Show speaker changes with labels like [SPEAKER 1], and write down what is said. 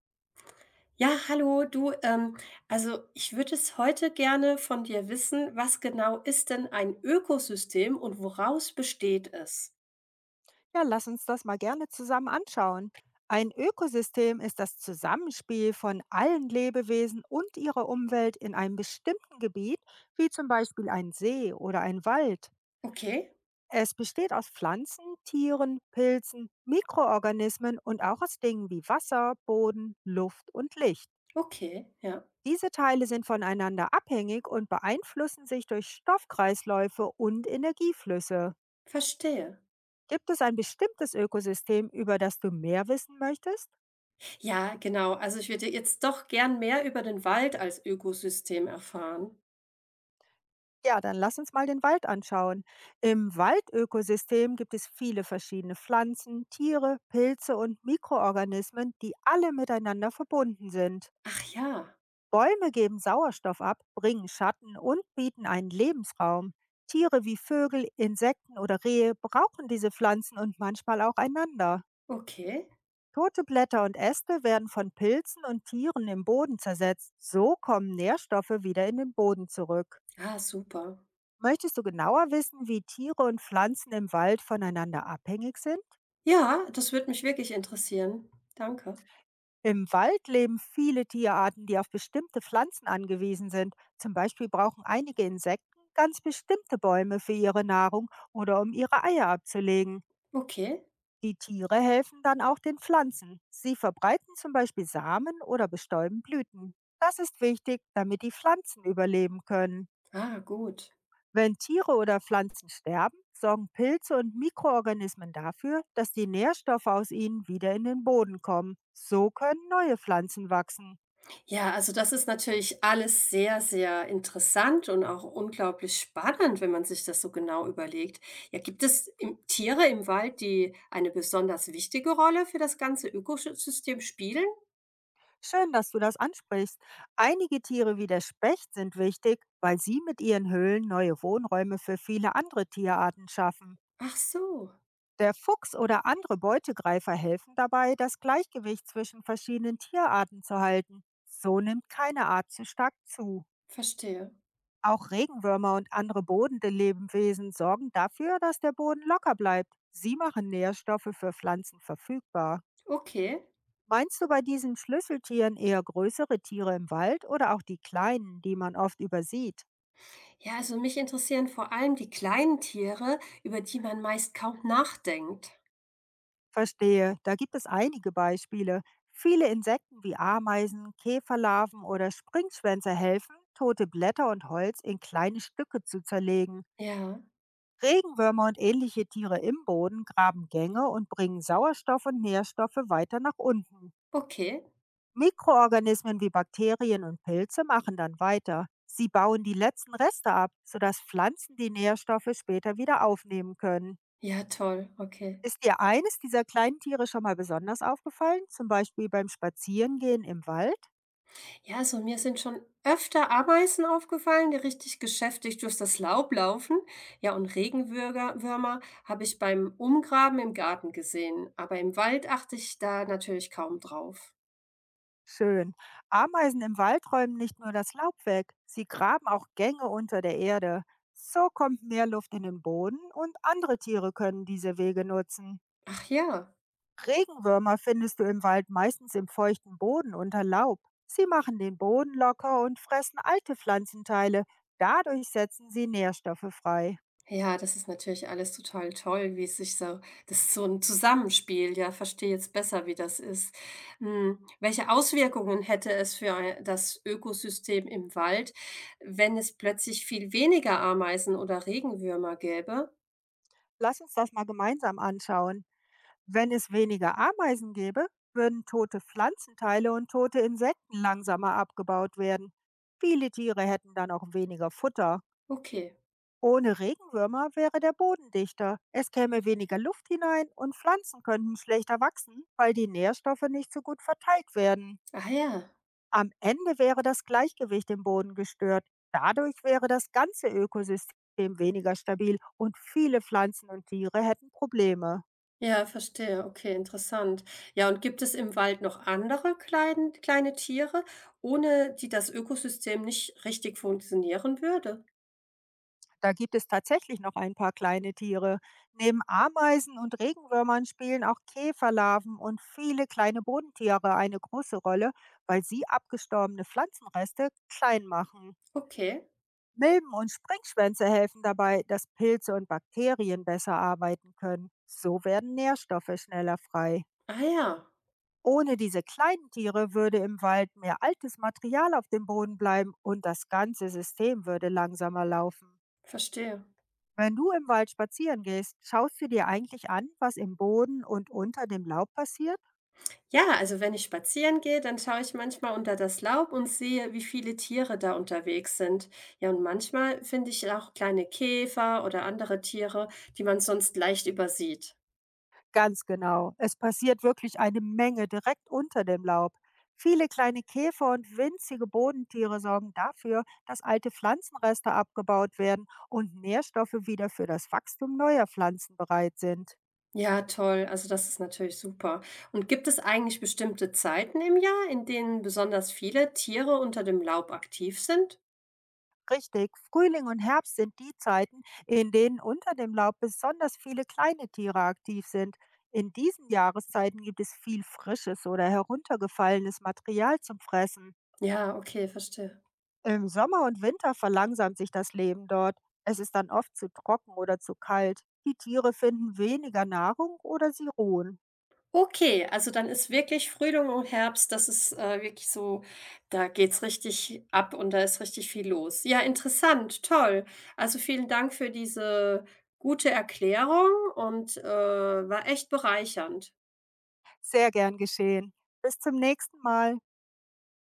[SPEAKER 1] Ja, hallo, du, also ich würde es heute gerne von dir wissen, was genau ist denn ein Ökosystem und woraus besteht es?
[SPEAKER 2] Ja, lass uns das mal gerne zusammen anschauen. Ein Ökosystem ist das Zusammenspiel von allen Lebewesen und ihrer Umwelt in einem bestimmten Gebiet, wie zum Beispiel ein See oder ein Wald.
[SPEAKER 1] Okay,
[SPEAKER 2] Es besteht aus Pflanzen, Tieren, Pilzen, Mikroorganismen und auch aus Dingen wie Wasser, Boden, Luft und Licht.
[SPEAKER 1] okay, ja,
[SPEAKER 2] Diese Teile sind voneinander abhängig und beeinflussen sich durch Stoffkreisläufe und Energieflüsse.
[SPEAKER 1] verstehe.
[SPEAKER 2] Gibt es ein bestimmtes Ökosystem, über das du mehr wissen möchtest?
[SPEAKER 1] Ja, genau, also ich würde jetzt doch gern mehr über den Wald als Ökosystem erfahren.
[SPEAKER 2] Ja, dann lass uns mal den Wald anschauen. Im Waldökosystem gibt es viele verschiedene Pflanzen, Tiere, Pilze und Mikroorganismen, die alle miteinander verbunden sind.
[SPEAKER 1] Ach ja,
[SPEAKER 2] Bäume geben Sauerstoff ab, bringen Schatten und bieten einen Lebensraum. Tiere wie Vögel, Insekten oder Rehe brauchen diese Pflanzen und manchmal auch einander.
[SPEAKER 1] okay.
[SPEAKER 2] Tote Blätter und Äste werden von Pilzen und Tieren im Boden zersetzt. So kommen Nährstoffe wieder in den Boden zurück.
[SPEAKER 1] Ah, super.
[SPEAKER 2] Möchtest du genauer wissen, wie Tiere und Pflanzen im Wald voneinander abhängig sind?
[SPEAKER 1] Ja, das würde mich wirklich interessieren. Danke.
[SPEAKER 2] Im Wald leben viele Tierarten, die auf bestimmte Pflanzen angewiesen sind. Zum Beispiel brauchen einige Insekten ganz bestimmte Bäume für ihre Nahrung oder um ihre Eier abzulegen.
[SPEAKER 1] Okay.
[SPEAKER 2] Die Tiere helfen dann auch den Pflanzen. Sie verbreiten zum Beispiel Samen oder bestäuben Blüten. Das ist wichtig, damit die Pflanzen überleben können.
[SPEAKER 1] Ah, gut.
[SPEAKER 2] Wenn Tiere oder Pflanzen sterben, sorgen Pilze und Mikroorganismen dafür, dass die Nährstoffe aus ihnen wieder in den Boden kommen. So können neue Pflanzen wachsen.
[SPEAKER 1] Ja, also das ist natürlich alles sehr, sehr interessant und auch unglaublich spannend, wenn man sich das so genau überlegt. Ja, gibt es im, Tiere im Wald, die eine besonders wichtige Rolle für das ganze Ökosystem spielen?
[SPEAKER 2] Schön, dass du das ansprichst. Einige Tiere wie der Specht sind wichtig, weil sie mit ihren Höhlen neue Wohnräume für viele andere Tierarten schaffen.
[SPEAKER 1] Ach so,
[SPEAKER 2] Der Fuchs oder andere Beutegreifer helfen dabei, das Gleichgewicht zwischen verschiedenen Tierarten zu halten. So nimmt keine Art zu stark zu.
[SPEAKER 1] verstehe.
[SPEAKER 2] Auch Regenwürmer und andere bodende Lebewesen sorgen dafür, dass der Boden locker bleibt. Sie machen Nährstoffe für Pflanzen verfügbar.
[SPEAKER 1] Okay.
[SPEAKER 2] Meinst du bei diesen Schlüsseltieren eher größere Tiere im Wald oder auch die kleinen, die man oft übersieht?
[SPEAKER 1] Ja, also mich interessieren vor allem die kleinen Tiere, über die man meist kaum nachdenkt.
[SPEAKER 2] Verstehe, da gibt es einige Beispiele. Viele Insekten wie Ameisen, Käferlarven oder Springschwänze helfen, tote Blätter und Holz in kleine Stücke zu zerlegen.
[SPEAKER 1] Ja,
[SPEAKER 2] Regenwürmer und ähnliche Tiere im Boden graben Gänge und bringen Sauerstoff und Nährstoffe weiter nach unten.
[SPEAKER 1] okay.
[SPEAKER 2] Mikroorganismen wie Bakterien und Pilze machen dann weiter. Sie bauen die letzten Reste ab, sodass Pflanzen die Nährstoffe später wieder aufnehmen können.
[SPEAKER 1] Ja, toll, okay.
[SPEAKER 2] Ist dir eines dieser kleinen Tiere schon mal besonders aufgefallen, zum Beispiel beim Spazierengehen im Wald?
[SPEAKER 1] Ja, also mir sind schon öfter Ameisen aufgefallen, die richtig geschäftig durch das Laub laufen. Ja, und Würmer habe ich beim Umgraben im Garten gesehen, aber im Wald achte ich da natürlich kaum drauf.
[SPEAKER 2] Schön. Ameisen im Wald räumen nicht nur das Laub weg, sie graben auch Gänge unter der Erde. So kommt mehr Luft in den Boden und andere Tiere können diese Wege nutzen.
[SPEAKER 1] Ach ja,
[SPEAKER 2] Regenwürmer findest du im Wald meistens im feuchten Boden unter Laub. Sie machen den Boden locker und fressen alte Pflanzenteile. Dadurch setzen sie Nährstoffe frei.
[SPEAKER 1] ja, das ist natürlich alles total toll, wie es sich so, das ist so ein Zusammenspiel, ja, verstehe jetzt besser, wie das ist. Hm, welche Auswirkungen hätte es für das Ökosystem im Wald, wenn es plötzlich viel weniger Ameisen oder Regenwürmer gäbe?
[SPEAKER 2] Lass uns das mal gemeinsam anschauen. Wenn es weniger Ameisen gäbe, würden tote Pflanzenteile und tote Insekten langsamer abgebaut werden. Viele Tiere hätten dann auch weniger Futter.
[SPEAKER 1] Okay.
[SPEAKER 2] Ohne Regenwürmer wäre der Boden dichter. Es käme weniger Luft hinein und Pflanzen könnten schlechter wachsen, weil die Nährstoffe nicht so gut verteilt werden.
[SPEAKER 1] Ah ja.
[SPEAKER 2] Am Ende wäre das Gleichgewicht im Boden gestört. Dadurch wäre das ganze Ökosystem weniger stabil und viele Pflanzen und Tiere hätten Probleme.
[SPEAKER 1] Ja, verstehe. Okay, interessant. Ja, und gibt es im Wald noch andere kleine Tiere, ohne die das Ökosystem nicht richtig funktionieren würde?
[SPEAKER 2] Da gibt es tatsächlich noch ein paar kleine Tiere. Neben Ameisen und Regenwürmern spielen auch Käferlarven und viele kleine Bodentiere eine große Rolle, weil sie abgestorbene Pflanzenreste klein machen.
[SPEAKER 1] Okay.
[SPEAKER 2] Milben und Springschwänze helfen dabei, dass Pilze und Bakterien besser arbeiten können. So werden Nährstoffe schneller frei.
[SPEAKER 1] Ah ja,
[SPEAKER 2] Ohne diese kleinen Tiere würde im Wald mehr altes Material auf dem Boden bleiben und das ganze System würde langsamer laufen.
[SPEAKER 1] verstehe.
[SPEAKER 2] Wenn du im Wald spazieren gehst, schaust du dir eigentlich an, was im Boden und unter dem Laub passiert?
[SPEAKER 1] Ja, also wenn ich spazieren gehe, dann schaue ich manchmal unter das Laub und sehe, wie viele Tiere da unterwegs sind. Ja, und manchmal finde ich auch kleine Käfer oder andere Tiere, die man sonst leicht übersieht.
[SPEAKER 2] Ganz genau. Es passiert wirklich eine Menge direkt unter dem Laub. Viele kleine Käfer und winzige Bodentiere sorgen dafür, dass alte Pflanzenreste abgebaut werden und Nährstoffe wieder für das Wachstum neuer Pflanzen bereit sind.
[SPEAKER 1] Ja, toll. Also das ist natürlich super. Und gibt es eigentlich bestimmte Zeiten im Jahr, in denen besonders viele Tiere unter dem Laub aktiv sind?
[SPEAKER 2] Richtig, Frühling und Herbst sind die Zeiten, in denen unter dem Laub besonders viele kleine Tiere aktiv sind. In diesen Jahreszeiten gibt es viel frisches oder heruntergefallenes Material zum Fressen.
[SPEAKER 1] Ja, okay, verstehe.
[SPEAKER 2] Im Sommer und Winter verlangsamt sich das Leben dort. Es ist dann oft zu trocken oder zu kalt. Die Tiere finden weniger Nahrung oder sie ruhen.
[SPEAKER 1] Okay, also dann ist wirklich Frühling und Herbst, das ist wirklich so, da geht's richtig ab und da ist richtig viel los. Ja, interessant, toll. Also vielen Dank für diese gute Erklärung und war echt bereichernd.
[SPEAKER 2] Sehr gern geschehen. Bis zum nächsten Mal.